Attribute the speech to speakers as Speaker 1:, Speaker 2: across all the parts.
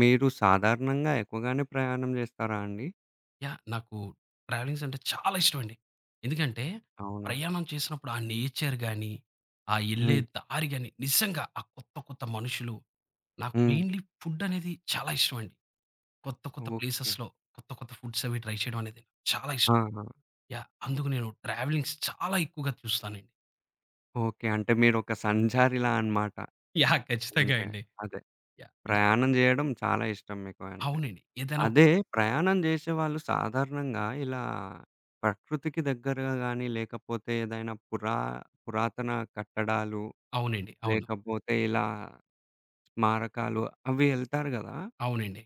Speaker 1: మీరు సాధారణంగా ఎక్కువగానే ప్రయాణం జేస్తారా అండి?
Speaker 2: యాహ్! నాకు ట్రావెలింగ్స్ అంటే చాలా ఇష్టమండి. ఎందుకంటే,
Speaker 1: అవునా?
Speaker 2: ప్రయాణం చేసినప్పుడు ఆ నేచర్ గాని, ఆ యెళ్ళే
Speaker 1: హ్మ్.
Speaker 2: దారి గాని, నిజంగా ఆ కొత్త, కొత్త మనుషులు, నాకు
Speaker 1: హ్మ్.
Speaker 2: మెయిన్‌లీ ఫుడ్ అనేది చాలా ఇష్టమండి. కొత్త, కొత్త
Speaker 1: ఓకే.
Speaker 2: ప్లేసెస్‌లో కొత్త, కొత్త ఫుడ్స్ అవి ట్రై చేయడం అనేది నాకు చాలా ఇష్టం.
Speaker 1: ఆహా!
Speaker 2: యాహ్! అందుకు నేను ట్రావెలింగ్స్ చాలా ఎక్కువగా చూస్తానండి.
Speaker 1: ఓకే, అంటే మీరొక సంచారిలా అన్నమాట.
Speaker 2: యాహ్! ఖచ్చితంగా
Speaker 1: అంటే
Speaker 2: అండి.
Speaker 1: అదే,
Speaker 2: యాహ్! ఇంట్లో
Speaker 1: ప్రయాణం జేయడం చాలా ఇష్టం మీకు అంటే.
Speaker 2: అవునండి. ఏదైనా ఒక
Speaker 1: అదే, ప్రయాణం జేసేవాళ్ళు సాధారణంగా ఇలా ప్రకృతికి దగ్గరగా గాని, లేకపోతే ఏదైనా పురాతన కట్టడాలు,
Speaker 2: అవునండి. అవును.
Speaker 1: లేకపోతే ఇలా స్మారకాలు అవి ఎళ్తారు గదా!
Speaker 2: అవునండి.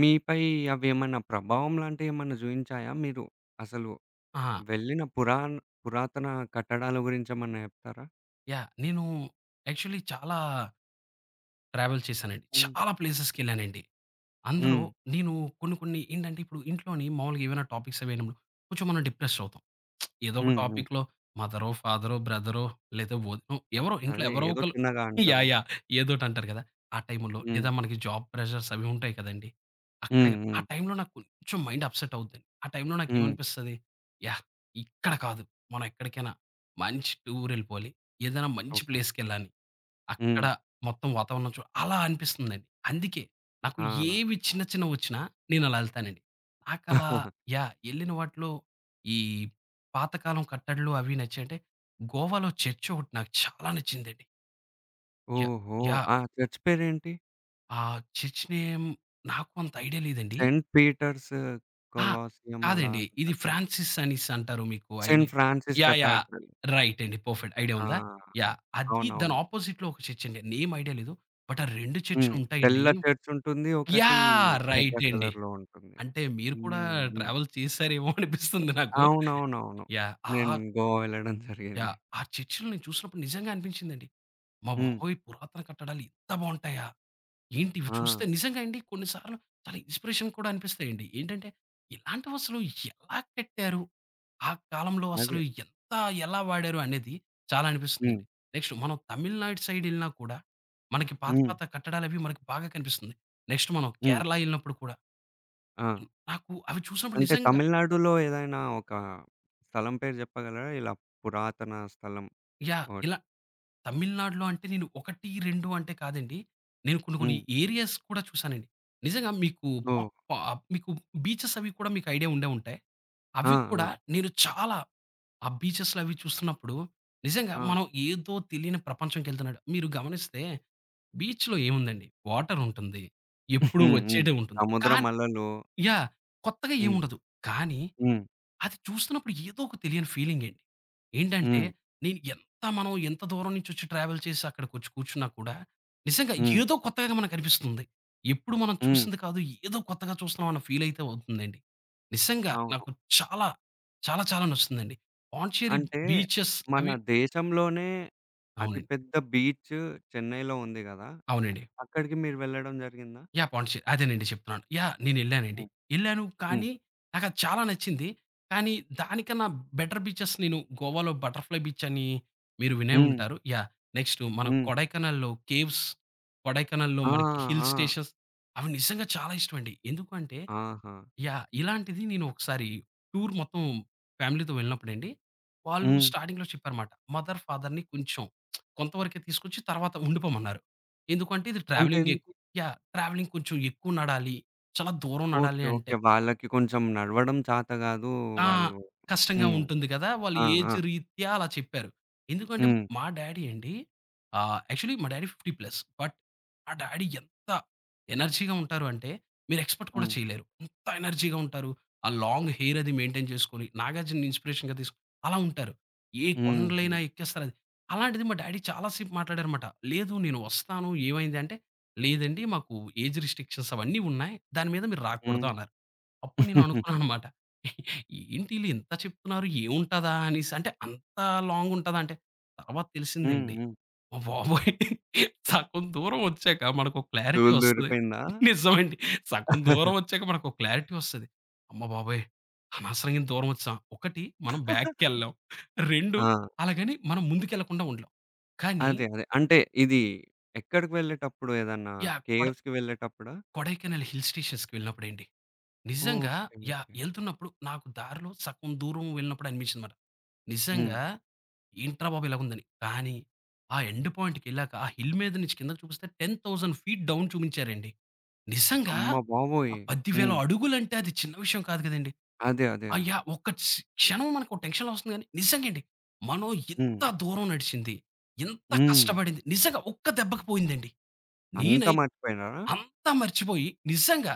Speaker 1: మీపై అవేమన్నా ప్రభావం లాంటియేమన్నా జూయించాయా? మీరు అసలు
Speaker 2: ఆ!
Speaker 1: వెళ్ళిన పురాతన కట్టడాల గురించేమన్నా జెప్తారా?
Speaker 2: యాహ్! నేను యాక్చువల్లీ చాలా ట్రావెల్ చేశానండి.
Speaker 1: హ్మ్.
Speaker 2: చాలా ప్లేసెస్‌కెళ్ళానండి. అందులో
Speaker 1: హ్మ్.
Speaker 2: నేను కొన్ని కొన్ని ఏంటంటే ఇప్పుడు ఇంట్లోని మామూలుగా ఏవైనా టాపిక్స్ అవి అయినప్పుడు కొంచెం మనం డిప్రెస్డ్ అవుతాం. ఏదో ఒక
Speaker 1: హ్మ్. హ్మ్.
Speaker 2: టాపిక్‌లో మదరో, ఫాదరో, బ్రదరో లేదా వదినో ఎవరో ఇంట్లో
Speaker 1: అదే,
Speaker 2: ఎవరో
Speaker 1: ఏదో
Speaker 2: ఒకళ్ళు
Speaker 1: చిన్నగా
Speaker 2: యాహ్!
Speaker 1: అంటారు.
Speaker 2: యాహ్! ఏదోటి అంటారు కదా! ఆ టైములో
Speaker 1: హ్మ్.
Speaker 2: లేదా మనకి జాబ్ ప్రెషర్స్ అవి ఉంటాయి కదండీ! అక్కడ
Speaker 1: హ్మ్. హ్మ్.
Speaker 2: ఆ టైంలో నాకు కొంచెం మైండ్ అప్సెట్ అవుద్దండి. ఆ టైంలో
Speaker 1: హ్మ్.
Speaker 2: నాకేమనిపిస్తది యాహ్! ఇక్కడ కాదు. మనం ఎక్కడికైనా మంచి టూర్ వెళ్ళిపోవాలి. ఏదైనా మంచి
Speaker 1: ఓకే.
Speaker 2: ప్లేస్‌కెళ్ళాలి.
Speaker 1: హ్మ్.
Speaker 2: అక్కడ మొత్తం వాతావరణం చూ అలా అనిపిస్తుందండి. అందుకే నాకు
Speaker 1: ఆ!
Speaker 2: ఏవి చిన్న చిన్నవొచ్చినా నేనలా ఎళ్తానండి. నాకలా యాహ్! ఎళ్ళిన వాటిలో ఈ పాతకాలం కట్టడలు అవి నచ్చాయంటే, గోవాలో చర్చ్ ఒకటి నాకు చాలా నచ్చిందండి. యాహ్!
Speaker 1: ఓహో!
Speaker 2: యాహ్!
Speaker 1: ఆ చర్చ్ పేరేంటి?
Speaker 2: ఆ చర్చ్ నేమ్ నాకు అంత ఐడియా లేదండి.
Speaker 1: సెయింట్ పీటర్స్
Speaker 2: ఆ!
Speaker 1: కొలాసియం అలా
Speaker 2: కాదండి. ఇది
Speaker 1: ఉంటది.
Speaker 2: ఫ్రాన్సిస్ అనేసి అంటారు మీకు
Speaker 1: saint
Speaker 2: idea
Speaker 1: Francis
Speaker 2: yeah! Yeah!
Speaker 1: Cathedral.
Speaker 2: Right అండి. పర్ఫెక్ట్. ఐడియా
Speaker 1: ఆ!
Speaker 2: ఉందా? యాహ్! అది దాని
Speaker 1: అవునవును.
Speaker 2: అపోజిట్‌లో ఒక చర్చ్ అండి. నేమ్ ఐడియా లేదు. బట్ ఆ 2
Speaker 1: హ్మ్.
Speaker 2: చర్చులుంటాయండి.
Speaker 1: తెల్ల చర్చ్ ఉంటుంది, ఒకటి
Speaker 2: యాహ్!
Speaker 1: ఎర్ర
Speaker 2: రైట్ అండి.
Speaker 1: కలర్‌లో ఉంటుంది.
Speaker 2: అంటే మీరు కూడా
Speaker 1: హ్మ్. హ్మ్.
Speaker 2: ట్రావెల్ చేసారేమో అనిపిస్తుంది నాకు.
Speaker 1: అవునవునవును.
Speaker 2: యాహ్!
Speaker 1: నేను గోవా వెళ్ళడం జరిగింది.
Speaker 2: యాహ్! ఆ చర్చిలు నేను చూసినప్పుడు నిజంగా అనిపించిందండి. మా
Speaker 1: హ్మ్.
Speaker 2: బాబోయ్! పురాతన కట్టడాలు ఇంత బావుంటాయా? ఏంటి ఇవి
Speaker 1: ఆ!
Speaker 2: చూస్తే నిజంగా అండి కొన్ని సార్లు చాలా ఇన్‌స్పిరేషన్ కూడా అనిపిస్తాయండి. ఏంటంటే ఇలాంటివసలు ఎలా కట్టారు? ఆ కాలంలో
Speaker 1: అదే.
Speaker 2: అసలు ఎంత ఎలా వాడారు అనేది చాలా
Speaker 1: హ్మ్.
Speaker 2: అనిపిస్తుందండి. నెక్స్ట్ మనం తమిళనాడు సైడ్ ఎళ్ళినా కూడా మనకి పాత
Speaker 1: హ్మ్.
Speaker 2: పాత కట్టడాలవి మనకి బాగా కనిపిస్తుంది. నెక్స్ట్ మనం
Speaker 1: హ్మ్.
Speaker 2: కేరళ ఎళ్ళినప్పుడు కూడా
Speaker 1: ఆ!
Speaker 2: హ్మ్. నాకు అవి చూసినప్పుడు
Speaker 1: అంటే
Speaker 2: నిజంగా
Speaker 1: తమిళనాడులో ఏదైనా ఒక స్థలం పేరు జెప్పగలరా? ఇలా పురాతన స్థలం
Speaker 2: యాహ్!
Speaker 1: ఒకటి.
Speaker 2: ఇలా తమిళనాడులో అంటే నేను 1, 2 అంటే కాదండి. నేను కొన్ని కొన్ని
Speaker 1: హ్మ్.
Speaker 2: ఏరియాస్ కూడా చూసానండి. నిజంగా మీకు పా
Speaker 1: ఓహ్!
Speaker 2: పా మీకు బీచెస్ అవి కూడా మీకు ఐడియా ఉండే ఉంటాయి.
Speaker 1: ఆ!
Speaker 2: అవి
Speaker 1: ఆ!
Speaker 2: కూడా నేను చాలా ఆ బీచెస్‌లు అవి చూస్తున్నప్పుడు నిజంగా
Speaker 1: ఆ!
Speaker 2: మనం ఏదో తెలియని ప్రపంచంకెళ్తున్నట్టు. మీరు గమనిస్తే బీచ్‌లో ఏముందండి? వాటర్ ఉంటుంది. ఎప్పుడూ
Speaker 1: హ్మ్. హ్మ్.
Speaker 2: వచ్చేదే ఉంటుంది.
Speaker 1: సముద్రం
Speaker 2: కానీ
Speaker 1: అలలు.
Speaker 2: యాహ్! కొత్తగా
Speaker 1: హ్మ్.
Speaker 2: ఏముండదు. కానీ
Speaker 1: హ్మ్.
Speaker 2: అది చూస్తున్నప్పుడు ఏదో ఒక తెలియని ఫీలింగండి. ఏంటంటే,
Speaker 1: హ్మ్.
Speaker 2: నేను ఎంత మనం ఎంత దూరం నుంచొచ్చి ట్రావెల్ చేసి అక్కడికొచ్చి కూర్చున్నా కూడా, నిజంగా
Speaker 1: హ్మ్.
Speaker 2: ఏదో కొత్తగా మనకనిపిస్తుంది. ఎప్పుడు మనం
Speaker 1: హ్మ్.
Speaker 2: చూసింది కాదు, ఏదో కొత్తగా చూస్తున్నాం అన్న ఫీలయితే అవుతుందండి. నిజంగా
Speaker 1: అవును.
Speaker 2: నాకు చాలా, చాలా నచ్చుతుందండి. పాండిచ్చేరి
Speaker 1: అంటే
Speaker 2: బీచెస్
Speaker 1: మన
Speaker 2: అవి
Speaker 1: దేశంలోనే అతి
Speaker 2: అవునండి.
Speaker 1: పెద్ద బీచ్ చెన్నైలో ఉంది గదా!
Speaker 2: అవునండి.
Speaker 1: అక్కడికి మీరు వెళ్ళడం జరిగిందా?
Speaker 2: యాహ్! పాండిచ్చేరి. అదేనండి చెప్తున్నాను. యాహ్! నేనెళ్ళానండి.
Speaker 1: హ్మ్.
Speaker 2: ఎళ్ళాను
Speaker 1: హ్మ్.
Speaker 2: కానీ, నాకది చాలా నచ్చింది. కానీ, దానికన్నా బెటర్ బీచెస్ నేను గోవాలో బటర్‌ఫ్లై బీచ్ అని మీరు వినే
Speaker 1: హ్మ్.
Speaker 2: ఉంటారు. యాహ్! నెక్స్ట్ మన
Speaker 1: హ్మ్.
Speaker 2: కొడైకెనాల్‌లో కేవ్స్, కొడైకెనాల్‌లో
Speaker 1: ఆ!
Speaker 2: మనకి హిల్
Speaker 1: ఆ!
Speaker 2: స్టేషన్స్ అవి నిజంగా చాలా ఇష్టమండి. ఎందుకు అంటే
Speaker 1: ఆహా!
Speaker 2: యాహ్! ఇలాంటిది నేను ఒకసారి టూర్ మొత్తం ఫ్యామిలీతో వెళ్ళినప్పుడండి, వాళ్ళు
Speaker 1: హ్మ్.
Speaker 2: స్టార్టింగ్‌లో చెప్పారమాట. మదర్, ఫాదర్‌ని కొంచెం కొంతవరకే తీసుకొచ్చి తర్వాత ఉండిపోమన్నారు. ఎందుకంటే ఇది
Speaker 1: అంటే
Speaker 2: ట్రావెలింగ్ ఎక్
Speaker 1: ఎందుకు?
Speaker 2: యాహ్! ట్రావెలింగ్ కొంచెం ఎక్కువ నడాలి. చాలా దూరం
Speaker 1: ఓకే,
Speaker 2: నడాలి
Speaker 1: ఓకే,
Speaker 2: అంటే
Speaker 1: వాళ్ళకి కొంచెం నడవడం చాత గాదు.
Speaker 2: ఆ!
Speaker 1: వాళ్ళు
Speaker 2: కష్టంగా
Speaker 1: హ్మ్.
Speaker 2: ఉంటుంది కదా! వాళ్ళు
Speaker 1: ఆ! ఆ!
Speaker 2: ఏజ్ రీత్యా అలా చెప్పారు. ఎందుకంటే
Speaker 1: హ్మ్.
Speaker 2: మా డ్యాడీ అండి యాక్చువల్లీ మా డ్యాడీ 50 ప్లస్. బట్ మా డ్యాడీ ఎంత ఎనర్జీగా ఉంటారు అంటే మీరు ఎక్స్‌పెక్ట్ కూడా
Speaker 1: హ్మ్.
Speaker 2: చేయలేరు. అంత ఎనర్జీగా ఉంటారు. ఆ లాంగ్ హెయిర్ అది మెయింటైన్ చేసుకొని 'నాగార్జునని' ఇన్‌స్పిరేషన్‌గా తీసుకొని అలా ఉంటారు. ఏ
Speaker 1: హుహు.
Speaker 2: కొండలైనా ఎక్కేస్తారు అది. అలాంటిది మా డ్యాడీ చాలా సేపు మాట్లాడారన్నమాట. "లేదు నేను వస్తాను. ఏమైంది?" అంటే, "లేదండి మాకు ఏజ్ రిస్ట్రిక్షన్స్ అవన్నీ ఉన్నాయి. దాని మీద మీరు
Speaker 1: హ్మ్.
Speaker 2: రాకూడదు" అన్నారు. అప్పుడు నేను అనుకున్నాననమాట. ఏంటి ఈళ్ళు ఇంత చెప్తున్నారు ఏముంటదా అనేసి. అంటే అంత లాంగ్ ఉంటదా అంటే, తర్వాత
Speaker 1: హ్మ్.
Speaker 2: తెలిసిందండి.
Speaker 1: హ్మ్.
Speaker 2: అమ్మ బాబోయ్! సగం దూరం వచ్చాక మనకో క్లారిటీ
Speaker 1: ధూళి
Speaker 2: వస్తది.
Speaker 1: దులిపిందా?
Speaker 2: నిజమండి. సగం దూరం వచ్చాక మనకో క్లారిటీ వస్తది. అమ్మ బాబోయ్! అనవసరంగా ఇంత దూరం వచ్చాం. ఒకటి మనం బ్యాక్‌కెళ్ళాం. 2
Speaker 1: ఆ!
Speaker 2: అలాగని మనం ముందుకెళ్ళకుండా ఉండలేం. కానీ
Speaker 1: అదే, అదే, అంటే ఇది ఎక్కడికి వెళ్ళేటప్పుడు ఏదన్నా
Speaker 2: యాహ్!
Speaker 1: కేవ్స్‌కి వెళ్ళేటప్పుడా?
Speaker 2: కొడైకెనాల్ హిల్ స్టేషన్స్‌కి వెళ్ళినప్పుడండి, నిజంగా
Speaker 1: ఓకే,
Speaker 2: యాహ్!
Speaker 1: ఓకే.
Speaker 2: ఎళ్తున్నప్పుడు నాకు దారిలో సగం దూరం వెళ్ళినప్పుడు అనిపించిందనమాట.
Speaker 1: హ్మ్.
Speaker 2: నిజంగా ఏంట్రా బాబు! ఇలాగుందని. కానీ ఆ ఎండ్ పాయింట్‌కెళ్ళాక ఆ హిల్ మీద నుంచి కిందకి చూపిస్తే 10,000 ఫీట్ డౌన్ చూపించారండి. నిజంగా
Speaker 1: అమ్మ
Speaker 2: ఆ
Speaker 1: బాబోయ్!
Speaker 2: 10,000
Speaker 1: హ్మ్.
Speaker 2: అడుగులంటే అది చిన్న విషయం కాదు కదండీ!
Speaker 1: అదే, అదే,
Speaker 2: ఆ
Speaker 1: అదే.
Speaker 2: యాహ్! ఒక్క క్ష క్షణం మనకు టెన్షన్‌లో వస్తుంది గానీ నిజంగండి. మనం
Speaker 1: హ్మ్.
Speaker 2: ఇంత దూరం నడిచింది, ఇంత
Speaker 1: హ్మ్.
Speaker 2: కష్టపడింది నిజంగా ఒక్క దెబ్బకి పోయిందండి.
Speaker 1: అంతా
Speaker 2: నేనైతే
Speaker 1: మర్చిపోయినారా?
Speaker 2: అంతా మర్చిపోయి నిజంగా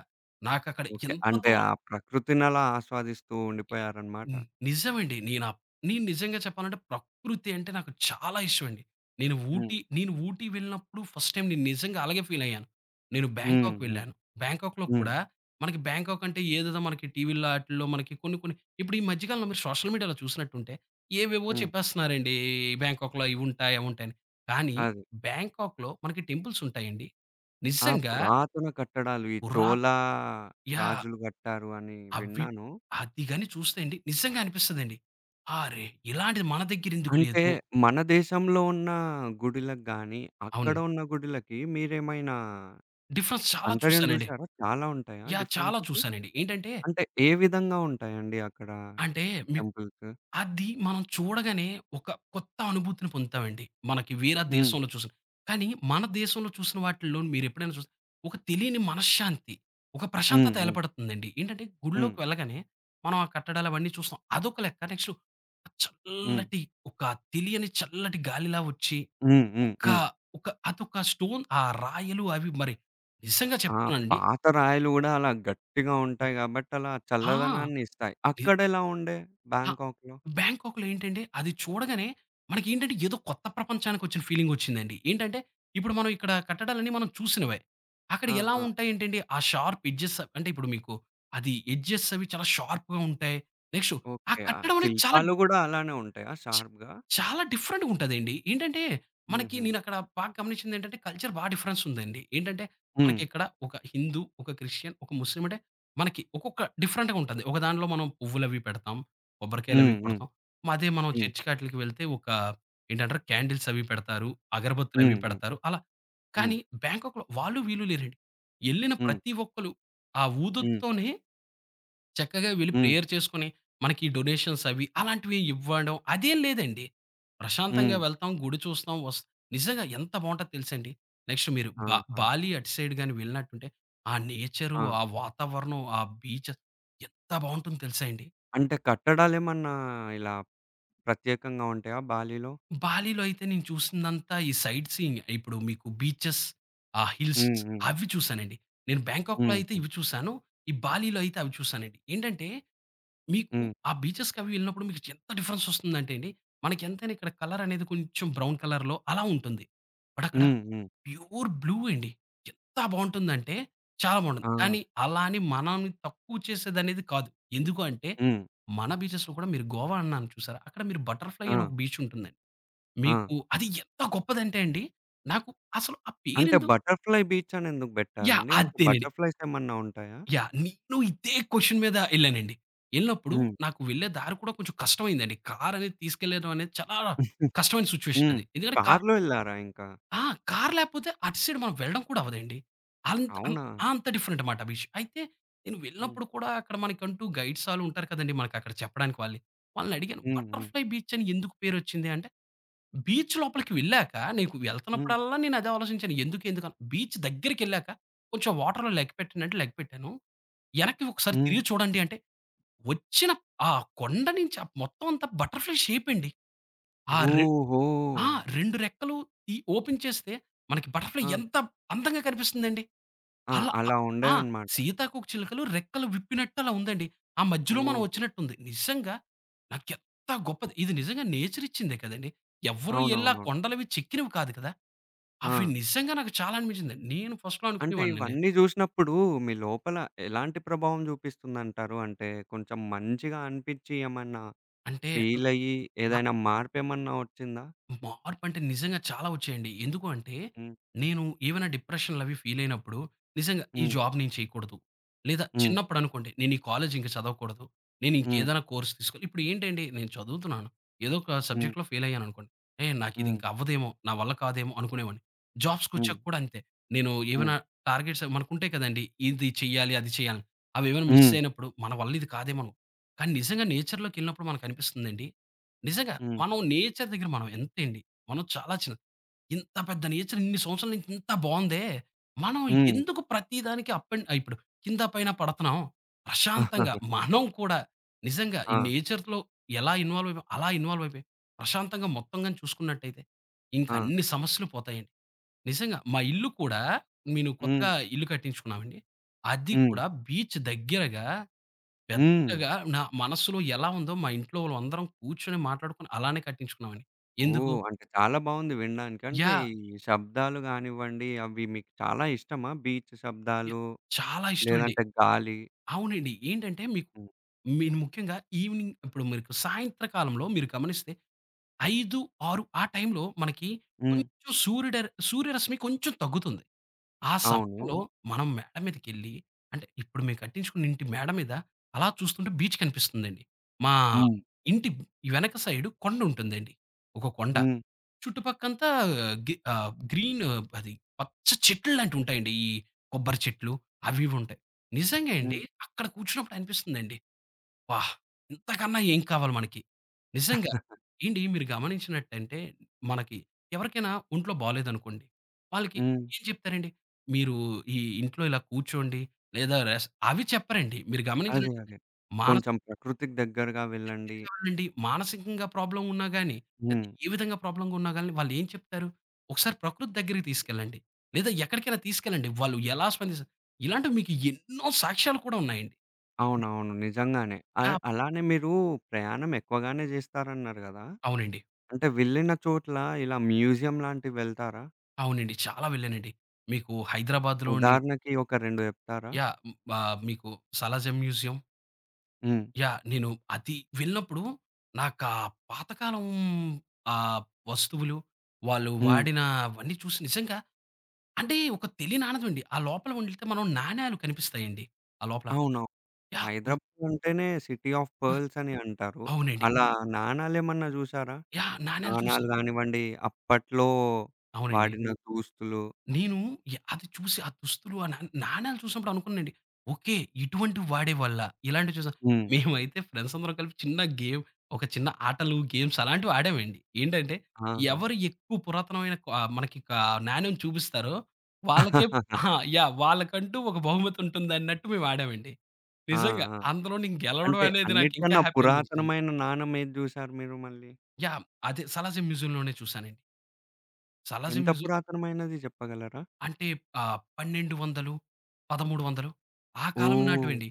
Speaker 2: నాకక్కడ
Speaker 1: ఓకే,
Speaker 2: ఎంత
Speaker 1: అంటే
Speaker 2: దూరం
Speaker 1: ఆ ప్రకృతినలా ఆస్వాదిస్తూ
Speaker 2: ని
Speaker 1: ఉండిపోయారన్నమాట.
Speaker 2: ని- నిజమండి. నేను నిజంగా చెప్పాలంటే ప్రకృతి అంటే నాకు చాలా ఇష్టమండి.
Speaker 1: హ్మ్.
Speaker 2: నేను ఊటీ వెళ్ళినప్పుడు ఫస్ట్ టైమ్ నేను నిజంగా అలాగే ఫీల్ అయ్యాను. నేను
Speaker 1: హ్మ్.
Speaker 2: బ్యాంకాక్
Speaker 1: హ్మ్.
Speaker 2: వెళ్ళాను. బ్యాంకాక్‌లో
Speaker 1: హ్మ్.
Speaker 2: కూడా మనకి బ్యాంకాక్ అంటే ఏదేదో మనకి టీవీల్లో ఆటిల్లో మనకి కొన్ని కొన్ని ఇప్పుడు ఈ మధ్య కాలంలో మీరు సోషల్ మీడియాలో చూసినట్టుంటే ఏవేవో
Speaker 1: హ్మ్.
Speaker 2: చెప్పేస్తున్నారండి. బ్యాంకాక్‌లో ఇవుంటాయి, అవుంటాయని. కానీ
Speaker 1: అది.
Speaker 2: బ్యాంకాక్‌లో మనకి టెంపుల్స్ ఉంటాయండి.
Speaker 1: ఆ!
Speaker 2: నిజంగా
Speaker 1: పురాతన కట్టడాలు. ఈ
Speaker 2: పురా
Speaker 1: చోళా
Speaker 2: యాహ్!
Speaker 1: రాజులు కట్టారు అని
Speaker 2: అవి
Speaker 1: విన్నాను.
Speaker 2: అది గాని చూస్తే అండి నిజంగా అనిపిస్తదండి. "అరే! ఇలాంటిది మన దగ్గరెందుకు
Speaker 1: అంటే
Speaker 2: లేదు?"
Speaker 1: మన దేశంలో ఉన్న గుడిలకు గాని, అక్కడ
Speaker 2: అవునండి.
Speaker 1: ఉన్న గుడిలకి మీరేమైనా
Speaker 2: డిఫరెన్స్ చాలా
Speaker 1: అంతర్యం
Speaker 2: చూసానండి.
Speaker 1: చూసారా? చాలా ఉంటాయా
Speaker 2: యాహ్! చాలా
Speaker 1: డిఫరెన్సెస్?
Speaker 2: చూసానండి. ఏంటంటే,
Speaker 1: అంటే ఏ విధంగా ఉంటాయండి అక్కడ
Speaker 2: అంటే మీకు
Speaker 1: టెంపుల్స్?
Speaker 2: అది మనం చూడగానే ఒక కొత్త అనుభూతిని పొందుతామండి. మనకి వేరే
Speaker 1: హ్మ్.
Speaker 2: దేశంలో చూసిన. కానీ మన దేశంలో చూసిన వాటిల్లో మీరెప్పుడైనా చూస్తే ఒక తెలియని మనశ్శాంతి, ఒక
Speaker 1: హ్మ్.
Speaker 2: ప్రశాంతత
Speaker 1: హ్మ్.
Speaker 2: ఏర్పడుతుందండి. ఏంటంటే
Speaker 1: హ్మ్.
Speaker 2: గుడిలోకి వెళ్ళగానే మనం ఆ కట్టడాలు అవన్నీ చూస్తాం. అదొక లెక్క. నెక్స్ట్
Speaker 1: హ్మ్.
Speaker 2: చల్లటి ఒక తెలియని చల్లటి గాలిలా వచ్చి
Speaker 1: హ్మ్. హ్మ్.
Speaker 2: ఒక్క
Speaker 1: హ్మ్.
Speaker 2: ఒక అదొక స్టోన్ ఆ రాయలు అవి మరి నిజంగా
Speaker 1: ఆ!
Speaker 2: చెప్తున్నానండి.
Speaker 1: పాత రాయిలు గూడా అలా గట్టిగా ఉంటాయి గాబట్టి, అలా
Speaker 2: ఆ!
Speaker 1: చల్లదనాన్ని ఇస్తాయి.
Speaker 2: ని
Speaker 1: అక్కడెలా ఉండే
Speaker 2: ఆ!
Speaker 1: బ్యాంకాక్‌లో?
Speaker 2: బ్యాంకాక్‌లో ఏంటంటే అది చూడగానే మనకేంటంటే ఏదో కొత్త ప్రపంచానికొచ్చిన ఫీలింగొచ్చిందండి. ఏంటంటే ఇప్పుడు మనం ఇక్కడ కట్టడాలన్నీ మనం చూసినవే. అక్కడ
Speaker 1: ఆ!
Speaker 2: ఎలా
Speaker 1: ఆ!
Speaker 2: ఉంటాయేంటండి ఆ షార్ప్ ఎడ్జెస్ అంటే ఇప్పుడు మీకు అది ఎడ్జెస్ అవి చాలా షార్ప్‌గా ఉంటాయి. నెక్స్ట్ ఆ
Speaker 1: ఓకే, ఆ
Speaker 2: కట్టడం అనేది చాలా
Speaker 1: శిల్పాలు గూడా అలానే ఉంటాయా
Speaker 2: చ
Speaker 1: షార్ప్‌గా?
Speaker 2: చాలా డిఫరెంట్‌గా ఉంటదండి. ఏంటంటే, మనకి
Speaker 1: హుహు.
Speaker 2: నేనక్కడ బాగా గమనించిందేంటంటే, కల్చర్ బా డిఫరెన్స్ ఉందండి. ఏంటంటే,
Speaker 1: హ్మ్.
Speaker 2: మనకిక్కడ ఒక హిందూ, ఒక క్రిస్టియన్, ఒక ముస్లిం అంటే, మనకి ఒక్కొక్క డిఫరెంట్‌గా ఉంటది. ఒక దాంట్లో మనం పువ్వులవి పెడతాం, కొబ్బరికాయలవి
Speaker 1: హ్మ్. హ్మ్.
Speaker 2: కొడతాం. అదే మనం
Speaker 1: హ్మ్.
Speaker 2: చర్చికి ఆటిలకి వెళ్తే ఒక ఏంటంటారు క్యాండిల్స్ అవి పెడతారు, అగరబత్తులవి
Speaker 1: హ్మ్. హ్మ్.
Speaker 2: పెడతారు అలా.
Speaker 1: హ్మ్.
Speaker 2: కానీ బ్యాంకాక్‌లో వాళ్ళు వీళ్ళు లేరండి. ఎళ్ళిన
Speaker 1: హ్మ్.
Speaker 2: ప్రతి ఒక్కళ్ళు ఆ
Speaker 1: హ్మ్.
Speaker 2: ఊదొత్తుతోనే చక్కగా వెళ్లి
Speaker 1: హ్మ్.
Speaker 2: ప్రేయర్ చేసుకొని, మనకి ఈ డొనేషన్స్ అవి అలాంటివి ఇవ్వడం అదేం లేదండి. ప్రశాంతంగా
Speaker 1: హ్మ్.
Speaker 2: వెళ్తాం, గుడి చూస్తాం, వస్ నిజంగా ఎంత బావుంటదో తెలుసండి. నెక్స్ట్ మీరు
Speaker 1: ఆహా!
Speaker 2: బాలి అటు సైడ్ గాని వెళ్ళినట్టుంటే, ఆ నేచరు,
Speaker 1: ఆ!
Speaker 2: ఆ వాతావరణం, ఆ బీచెస్ ఎంత బావుంటుందో తెలుసా అండి.
Speaker 1: అంటే కట్టడాలేమన్నా ఇలా ప్రత్యేకంగా ఉంటాయా బాలీలో?
Speaker 2: బాలీలో అయితే నేను చూసిందంతా ఈ సైట్ సీయింగ్. ఇప్పుడు మీకు బీచెస్, ఆ హిల్స్
Speaker 1: హ్మ్. హ్మ్.
Speaker 2: అవి చూసానండి. నేను బ్యాంకాక్‌లో అయితే
Speaker 1: హ్మ్.
Speaker 2: ఇవి చూసాను. ఈ బాలీలో అయితే అవి చూసానండి. ఏంటంటే మీకు
Speaker 1: హ్మ్.
Speaker 2: ఆ బీచెస్‌కవి వెళ్ళినప్పుడు మీకు ఎంత డిఫరెన్స్ వస్తుందంటే అండి, మనకెంతైనా ఇక్కడ కలర్ అనేది కొంచెం బ్రౌన్ కలర్‌లో అలా ఉంటుంది. బట్ అక్కడ
Speaker 1: హ్మ్. హ్మ్.
Speaker 2: ప్యూర్ బ్లూ అండి. ఎంత బావుంటుందంటే చాలా
Speaker 1: ఆ!
Speaker 2: బావుంటుంది. కానీ అలా అని మనల్ని తక్కువ చేసేదనేది కాదు. ఎందుకు అంటే,
Speaker 1: హ్మ్.
Speaker 2: మన బీచెస్‌లో కూడా మీరు గోవా అన్నాను చూసారా? అక్కడ మీరు బటర్‌ఫ్లై
Speaker 1: ఆ!
Speaker 2: అని ఒక బీచ్ ఉంటుందండి.
Speaker 1: ఆ!
Speaker 2: మీకు అది ఎంత గొప్పదంటే అండి, నాకు అసలు ఆ
Speaker 1: అంటే
Speaker 2: పేరెందు
Speaker 1: బటర్‌ఫ్లై బీచ్ అని ఎందుకు
Speaker 2: యాహ్!
Speaker 1: బెట్టారండి? అంటే
Speaker 2: అదేనండి.
Speaker 1: బటర్‌ఫ్లైస్ ఏమన్నా ఉంటాయా?
Speaker 2: యాహ్! నేను ఇదే క్వెషన్ మీద ఎళ్ళానండి. ఎళ్ళినప్పుడు
Speaker 1: హ్మ్.
Speaker 2: నాకు వెళ్ళే దారి కూడా కొంచెం కష్టమైందండి. కార్ అనేది తీసుకెళ్ళడం అనేది చాలా కష్టమైన సిట్యుయేషన్
Speaker 1: హ్మ్.
Speaker 2: అది. ఎందుకంటే కా
Speaker 1: కార్‌లో ఎళ్లారా ఇంకా?
Speaker 2: ఆ! కార్ లేకపోతే అటు సైడ్ మనం వెళ్ళడం కూడా అవ్వదండి. అంత అం
Speaker 1: అవునా?
Speaker 2: అంత డిఫరెంట్ మాట ఆ విషయం. అయితే నేను
Speaker 1: హ్మ్.
Speaker 2: వెళ్ళినప్పుడు కూడా అక్కడ మనకంటూ గైడ్స్ ఆళ్ళు ఉంటారు కదండీ! మనకక్కడ చెప్పడానికి వాళ్ళని. వాళ్ళని అడిగాను
Speaker 1: హ్మ్. హ్మ్.
Speaker 2: బటర్‌ఫ్లై బీచ్ అని ఎందుకు పేరొచ్చింది అంటే, బీచ్ లోపలికి వెళ్ళాక నీకు
Speaker 1: హ్మ్.
Speaker 2: వెళ్తున్నప్పుడల్లా నేను అదే ఆలోచించాను. ఎందుకని బీచ్ దగ్గరికెళ్ళాక కొంచెం వాటర్‌లో లెగ్ పెట్టండి అంటే లెగ్ పెట్టాను. ఎనక్కి ఒకసారి
Speaker 1: హ్మ్.
Speaker 2: తిరిగి చూడండి అంటే, వచ్చిన ఆ కొండ నుంచి ఆ మొత్తం అంతా బటర్‌ఫ్లై షేప్ అండి. ఆ రె
Speaker 1: ఓహో!
Speaker 2: ఆ! 2 రెక్కలు ఈ ఓపెన్ చేస్తే మనకి బటర్‌ఫ్లై
Speaker 1: ఆ!
Speaker 2: ఎంత అందంగా కనిపిస్తుందండి.
Speaker 1: ఆ!
Speaker 2: అలా అ
Speaker 1: అలా
Speaker 2: ఆ!
Speaker 1: ఉండేదనమాట.
Speaker 2: సీతాకోక చిలుకలు రెక్కలు విప్పినట్టు అలా ఉందండి. ఆ మధ్యలో
Speaker 1: ఓహో!
Speaker 2: మనం వచ్చినట్టుంది. నిజంగా నాకెంత గొప్పది. ఇది నిజంగా నేచర్ ఇచ్చిందే కదండీ. ఎవ్వరు ఎళ్ళి ఆ
Speaker 1: అవునవునవును.
Speaker 2: కొండలవి చెక్కినవి కాదు కదా! అవి
Speaker 1: ఆ!
Speaker 2: నిజంగా నాకు చాలా అనిపించింది. నేను ఫస్ట్‌లో
Speaker 1: అంటే
Speaker 2: అనుకునేవాడినండి.
Speaker 1: ఇవన్నీ హ్మ్ జూసినప్పుడు మీ లోపల ఎలాంటి ప్రభావం జూపిస్తుందంటారు? అంటే కొంచెం మంచిగా అనిపిచ్చి ఏమన్నా
Speaker 2: అంటే న
Speaker 1: ఫీలయ్యి
Speaker 2: నా
Speaker 1: ఏదైనా మార్పేమన్నా ఒచ్చిందా?
Speaker 2: మార్పంటే నిజంగా చాలా వచ్చాయండి. ఎందుకు అంటే,
Speaker 1: హ్మ్.
Speaker 2: నేను ఏవైనా డిప్రెషన్‌లవి ఫీలయినప్పుడు నిజంగా ఈ
Speaker 1: హ్మ్.
Speaker 2: జాబ్ నేను చేయకూడదు. లేదా
Speaker 1: హ్మ్.
Speaker 2: చిన్నప్పుడనుకోండి నేను ఈ కాలేజ్ ఇంక చదవకూడదు. నేను
Speaker 1: హ్మ్.
Speaker 2: ఇంకేదైనా కోర్స్ తీసుకోవాలి. ఇప్పుడు ఏంటండి నేను చదువుతున్నాను. ఏదో ఒక
Speaker 1: హ్మ్.
Speaker 2: సబ్జెక్ట్‌లో ఫెయిలయ్యాననుకోండి. ఏహ్! నాకిది
Speaker 1: హ్మ్.
Speaker 2: ఇంక అవ్వదేమో, నా వల్ల కాదేమో అనుకునేవాడిని.
Speaker 1: హ్మ్.
Speaker 2: జాబ్స్‌కొచ్చాక కూడా అంతే. నేను
Speaker 1: హ్మ్.
Speaker 2: ఏవైనా టార్గెట్స్ మనకుంటాయి కదండీ! ఇది చెయ్యాలి, అది చేయాలని. అవేవైనా మిస్
Speaker 1: హ్మ్.
Speaker 2: అయినప్పుడు మన వల్ల ఇది కాదేమో. అనుకో. కానీ నిజంగా నేచర్‌లోకెళ్ళినప్పుడు మనకనిపిస్తుందండి. నిజంగా.
Speaker 1: హ్మ్.
Speaker 2: మనం నేచర్ దగ్గర మనం ఎంతండి. మనం చాలా చిన్న ఇంత పెద్ద నేచర్ ఇన్ని సంవత్సరాల నుంచి ఇంత బావుందే. మనం
Speaker 1: హ్మ్.
Speaker 2: ఎందుకు ప్రతి దానికి అప్ అండ్ ఇప్పుడు కింద పైన పడతన్నాం. ప్రశాంతంగా మనం కూడా నిజంగా ఈ
Speaker 1: ఆ!
Speaker 2: నేచర్‌లో ఎలా ఇన్వాల్వ్ అయిపోయాం, అలా ఇన్వాల్వ్ అయిపోయి ప్రశాంతంగా మొత్తం గాని చూసుకున్నట్టయితే ఇంక
Speaker 1: ఆ!
Speaker 2: అన్ని సమస్యలు పోతాయండి. నిజంగా మా ఇల్లు కూడా నేను
Speaker 1: హ్మ్.
Speaker 2: కొత్తగా ఇల్లు కట్టించుకున్నామండి. అది
Speaker 1: హ్మ్.
Speaker 2: కూడా బీచ్ దగ్గరగా
Speaker 1: హ్మ్.
Speaker 2: పెద్దగా నా మనసులో ఎలా ఉందో మా ఇంట్లో వాళ్ళందరం కూర్చొని మాట్లాడుకొని అలానే కట్టించుకున్నామండి. ఎందుకు?
Speaker 1: ఓహ్! అంటే చాలా బావుంది వినడానికి. అంటే
Speaker 2: యాహ్!
Speaker 1: ఈ శబ్దాలు గానివ్వండి, అవి మీకు చాలా ఇష్టమా? Beach
Speaker 2: yeah!
Speaker 1: శబ్దాలు
Speaker 2: చాలా ఇష్టమండి.
Speaker 1: లేదంటే గాలి.
Speaker 2: అవునండి. ఏంటంటే మీకు
Speaker 1: హ్మ్.
Speaker 2: మీరు ముఖ్యంగా ఈవెనింగ్ ఇప్పుడు మీకు సాయంత్రకాలంలో మీరు గమనిస్తే 5, 6 ఆ టైంలో మనకి
Speaker 1: హ్మ్.
Speaker 2: కొంచెం సూర్యుడ సూర్యరశ్మి కొంచెం తగ్గుతుంది. ఆ
Speaker 1: అవును.
Speaker 2: సమయంలో మనం మేడ మీదకెళ్ళి అంటే ఇప్పుడు మేము కట్టించుకున్న ఇంటి మేడ మీద అలా చూస్తుంటే బీచ్ కనిపిస్తుందండి. మా
Speaker 1: హ్మ్.
Speaker 2: ఇంటి వెనక సైడు కొండ ఉంటుందండి. ఒక కొండ.
Speaker 1: హ్మ్.
Speaker 2: చుట్టుపక్కంతా గ్రీన్ అది పచ్చ చెట్లులాంటివి ఉంటాయండి. ఈ కొబ్బరి చెట్లు అవి ఇవి ఉంటాయి. నిజంగా అండి
Speaker 1: హ్మ్.
Speaker 2: అక్కడ కూర్చున్నప్పుడు అనిపిస్తుందండి. అబ్బా! ఇంతకన్నా ఏం కావాలి మనకి? నిజంగా. ఏండి మీరు గమనించినట్టంటే మనకి ఎవరికైనా ఒంట్లో బాలేదనుకోండి. వాళ్ళకి
Speaker 1: హ్మ్.
Speaker 2: ఏం చెప్తారండి? మీరు ఈ ఇంట్లో ఇలా కూర్చోండి లేదా రెస్ అవి చెప్పరండి. మీరు
Speaker 1: అదే,
Speaker 2: గమనించినట్టయితే
Speaker 1: అదే, కొంచెం
Speaker 2: మానసిక
Speaker 1: ప్రకృతికి దగ్గరగా
Speaker 2: మీరు
Speaker 1: వెళ్ళండి.
Speaker 2: కావాలండి మానసికంగా ప్రాబ్లమ్ ఉన్నా గాని,
Speaker 1: హ్మ్.
Speaker 2: లేతే ఏ విధంగా ప్రాబ్లమ్‌గా ఉన్నా గాని వాళ్ళు ఏం చెప్తారు? ఒకసారి ప్రకృతి దగ్గరికి తీసుకెళ్ళండి. లేదా ఎక్కడికైనా తీసుకెళ్ళండి. వాళ్ళు ఎలా స్పందిస్తారు? ఇలాంటివి మీకు ఎన్నో సాక్ష్యాలు కూడా ఉన్నాయండి.
Speaker 1: అవునవును, నిజంగానే. అ
Speaker 2: ఆ!
Speaker 1: అలానే మీరు ప్రయాణం ఎక్కువగానే జేస్తారన్నారు గదా!
Speaker 2: అవునండి.
Speaker 1: అంటే వెళ్ళిన చోట్ల ఇలా మ్యూజియం లాంటివి వెళ్తారా?
Speaker 2: అవునండి. చాలా వెళ్ళానండి. మీకు హైదరాబాద్‌లోని
Speaker 1: ఉదాహరణకి ఒక 2 జెప్తారా?
Speaker 2: యాహ్! మీకు సాలార్జంగ్ మ్యూజియం
Speaker 1: హ్మ్.
Speaker 2: యాహ్! నేను అది వెళ్ళినప్పుడు నాకా పాతకాలం ఆహ్, వస్తువులు, వాళ్ళు
Speaker 1: హ్మ్.
Speaker 2: వాడినవన్నీ చూసి నిజంగా అంటే ఒక తెలియని ఆనందమండి. ఆ లోపల ఉండితే మనం నాణేలు కనిపిస్తాయండి. ఆ లోపల
Speaker 1: అవునవును.
Speaker 2: యాహ్! హ్మ్.
Speaker 1: హైదరాబాద్ అంటేనే సిటీ ఆఫ్ పర్ల్స్ అని అంటారు.
Speaker 2: అవునండి.
Speaker 1: అలా నాణాలేమన్నా చూసారా?
Speaker 2: యాహ్! నాణేలు
Speaker 1: నాణాలు
Speaker 2: చూసాం
Speaker 1: గానివ్వండి, అప్పట్లో
Speaker 2: అవునండి.
Speaker 1: వాడిన దూస్తులు.
Speaker 2: నేను ఎ అది చూసి ఆ దుస్తులు ఆ నా నాణేలు చూసినప్పుడు అనుకున్నానండి. ఓకే. ఇటువంటివి వాడేవాళ్ళా? ఇలాంటివి చూసా
Speaker 1: హ్మ్.
Speaker 2: మేమైతే ఫ్రెండ్స్ అందరం కలిపి చిన్న గేమ్ ఒక చిన్న ఆటలు, గేమ్స్ అలాంటివి ఆడామండి. ఏంటంటే
Speaker 1: ఆహా!
Speaker 2: ఎవరు ఎక్కువ పురాతనమైన క మనకి క నాణ్యం చూపిస్తారో వాళ్ళకే ఆ! యాహ్! వాళ్ళకంటూ ఒక బహుమతి ఉంటుందన్నట్టు మేము ఆడామండి.
Speaker 1: ఆ!
Speaker 2: నిజంగా
Speaker 1: ఆ!
Speaker 2: అందులో నేను గెలవడం
Speaker 1: అంటే
Speaker 2: అనేది నాకు ఇంకా
Speaker 1: అన్నిటికన్నా
Speaker 2: హ్యాపీ అనిపించింది.
Speaker 1: పురాతనమైన నాణెం ఏది చూసారు మీరు మళ్ళీ?
Speaker 2: యాహ్! అదే 'సాలార్జంగ్ మ్యూజియంలోనే' చూసానండి.
Speaker 1: ఎంత
Speaker 2: 'సాలార్జంగ్ మ్యూజియం'
Speaker 1: పురాతనమైనది చెప్పగలరా?
Speaker 2: అంటే 1200, 1300 ఆ కాలం
Speaker 1: ఓహ్!
Speaker 2: నాటివండి.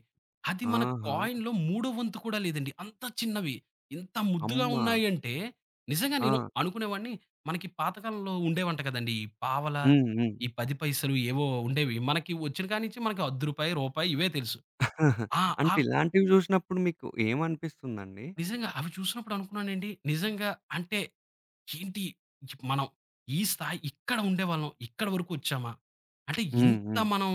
Speaker 2: అది మన
Speaker 1: ఆహా!
Speaker 2: కాయిన్‌లో మూడో వంతు కూడా లేదండి. అంత చిన్నవి. ఇంత ముద్దుగా
Speaker 1: అమ్మ!
Speaker 2: ఉన్నాయంటే, నిజంగా నేను
Speaker 1: ఆ!
Speaker 2: అనుకునేవాడిని, మనకి పాతకాలంలో ఉండేవంట కదండీ! ఈ పావలా,
Speaker 1: హ్మ్. హ్మ్.
Speaker 2: ఈ 10 పైసలు ఏవో ఉండేవి. మనకి వచ్చిన కానించి మనకి రూ. 1, రూ. 1 ఇవే తెలుసు. ఆ! ఆ
Speaker 1: అంటే ఇలాంటివి చూసినప్పుడు మీకు ఏమనిపిస్తుందండి?
Speaker 2: నిజంగా అవి చూసినప్పుడు అనుకున్నానండి, నిజంగా అంటే ఏంటి మనం ఈ స్థాయి ఇక్కడ ఉండేవాళ్ళం. ఇక్కడ వరకు వచ్చామా? అంటే
Speaker 1: హ్మ్.
Speaker 2: ఇంత
Speaker 1: హ్మ్.
Speaker 2: మనం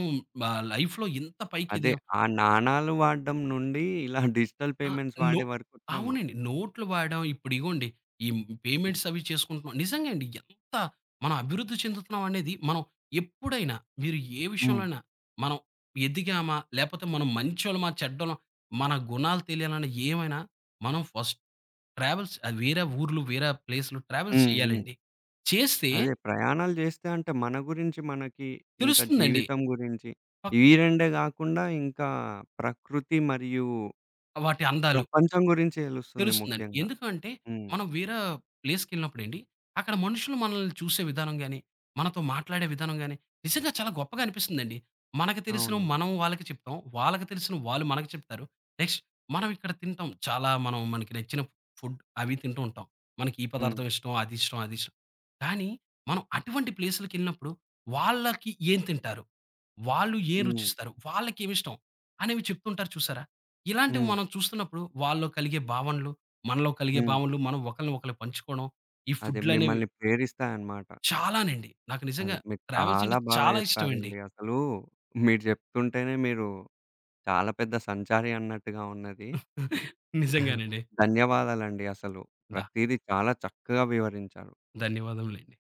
Speaker 2: లైఫ్‌లో ఇంత పైకి
Speaker 1: అదే.
Speaker 2: ఎదిగాం.
Speaker 1: ఆ నాణాలు వాడడం నుండి ఇలా డిజిటల్
Speaker 2: ఆ!
Speaker 1: పేమెంట్స్
Speaker 2: నో
Speaker 1: వాడే వరకొచ్చాము.
Speaker 2: అవునండి. నోట్లు వాడాం. ఇప్పుడు ఇగోండి ఈ
Speaker 1: హ్మ్.
Speaker 2: పేమెంట్స్ అవి చేసుకుంటున్నాం. నిజంగా అండి. ఎంత మనం అభివృద్ధి చెందుతున్నాం అనేది మనం ఎప్పుడైనా మీరు ఏ
Speaker 1: హ్మ్.
Speaker 2: విషయంలోనైనా మనం ఎదిగామా? లేపోతే మనం మంచోళ్ళమా? చెడ్డోళ్ళమా? మన గుణాలు తెలియాలన్నా ఏమైనా మనం ఫస్ట్ ట్రావెల్స్ వేరే ఊర్లు, వేరే ప్లేస్‌లు ట్రావెల్స్
Speaker 1: హ్మ్. హ్మ్.
Speaker 2: చేయాలండి. చేస్తే
Speaker 1: అదే ప్రయాణాలు జేస్తే అంటే మన గురించి మనకి, ఇంకా
Speaker 2: తెలుస్తుందండి.
Speaker 1: జీవితం గురించి
Speaker 2: పక్
Speaker 1: ఈ రెండే గాకుండా ఇంకా ప్రకృతి మరియు
Speaker 2: వాటి అందాలు
Speaker 1: ప్రపంచం గురించి తెలుస్తుంది
Speaker 2: తెలుస్తుందండి.
Speaker 1: ముఖ్యంగా.
Speaker 2: ఎందుకంటే
Speaker 1: హ్మ్.
Speaker 2: మనం వేరే ప్లేస్‌కెళ్ళినప్పుడండి, అక్కడ మనుషులు మనల్ని చూసే విధానం గాని, మనతో మాట్లాడే విధానం గాని, నిజంగా చాలా గొప్పగా అనిపిస్తుందండి. మనకు తెలిసినవి
Speaker 1: అవునవును.
Speaker 2: మనం వాళ్ళకి చెప్తాం. వాళ్ళకి తెలిసినవి వాళ్ళు మనకు చెప్తారు. నెక్స్ట్ మనం ఇక్కడ తింటాం. చాలా మనం మనకి నచ్చిన ఫుడ్ అవి తింటూ ఉంటాం. మనకి ఈ
Speaker 1: హ్మ్.
Speaker 2: పదార్థం ఇష్టం, అది ఇష్టం, అది ఇష్టం. కానీ మనం అటువంటి ప్లేసులకెళ్ళినప్పుడు వాళ్ళకి ఏం తింటారు? వాళ్ళు ఏం
Speaker 1: హ్మ్.
Speaker 2: రుచిస్తారు? వాళ్ళకేమిష్టం? అనేవి చెప్తుంటారు చూసారా? ఇలాంటివి
Speaker 1: హ్మ్.
Speaker 2: మనం చూస్తున్నప్పుడు వాళ్ళలో కలిగే భావనలు, మనలో కలిగే
Speaker 1: హ్మ్.
Speaker 2: భావనలు, మనం ఒకళ్ళని ఒకళ్ళు పంచుకోవడం, ఈ
Speaker 1: అదే
Speaker 2: ఫుడ్‌లనేవి
Speaker 1: మిమ్మల్ని ప్రేరిస్తాయన్నమాట.
Speaker 2: చాలానండి. నాకు
Speaker 1: అదే
Speaker 2: నిజంగా
Speaker 1: మీరు
Speaker 2: ట్రావెల్స్
Speaker 1: చాలా
Speaker 2: అంటే
Speaker 1: బాగా
Speaker 2: చాలా ఇష్టమండి.
Speaker 1: జెప్పారండి. అసలు మీరు జెప్తుంటేనే మీరు చాలా పెద్ద సంచారి అన్నట్టుగా ఉన్నది.
Speaker 2: నిజంగానండి.
Speaker 1: ధన్యవాదాలండి అసలు.
Speaker 2: ద
Speaker 1: ప్రతీదీ చాలా చక్కగా వివరించారు.
Speaker 2: ధన్యవాదములండి.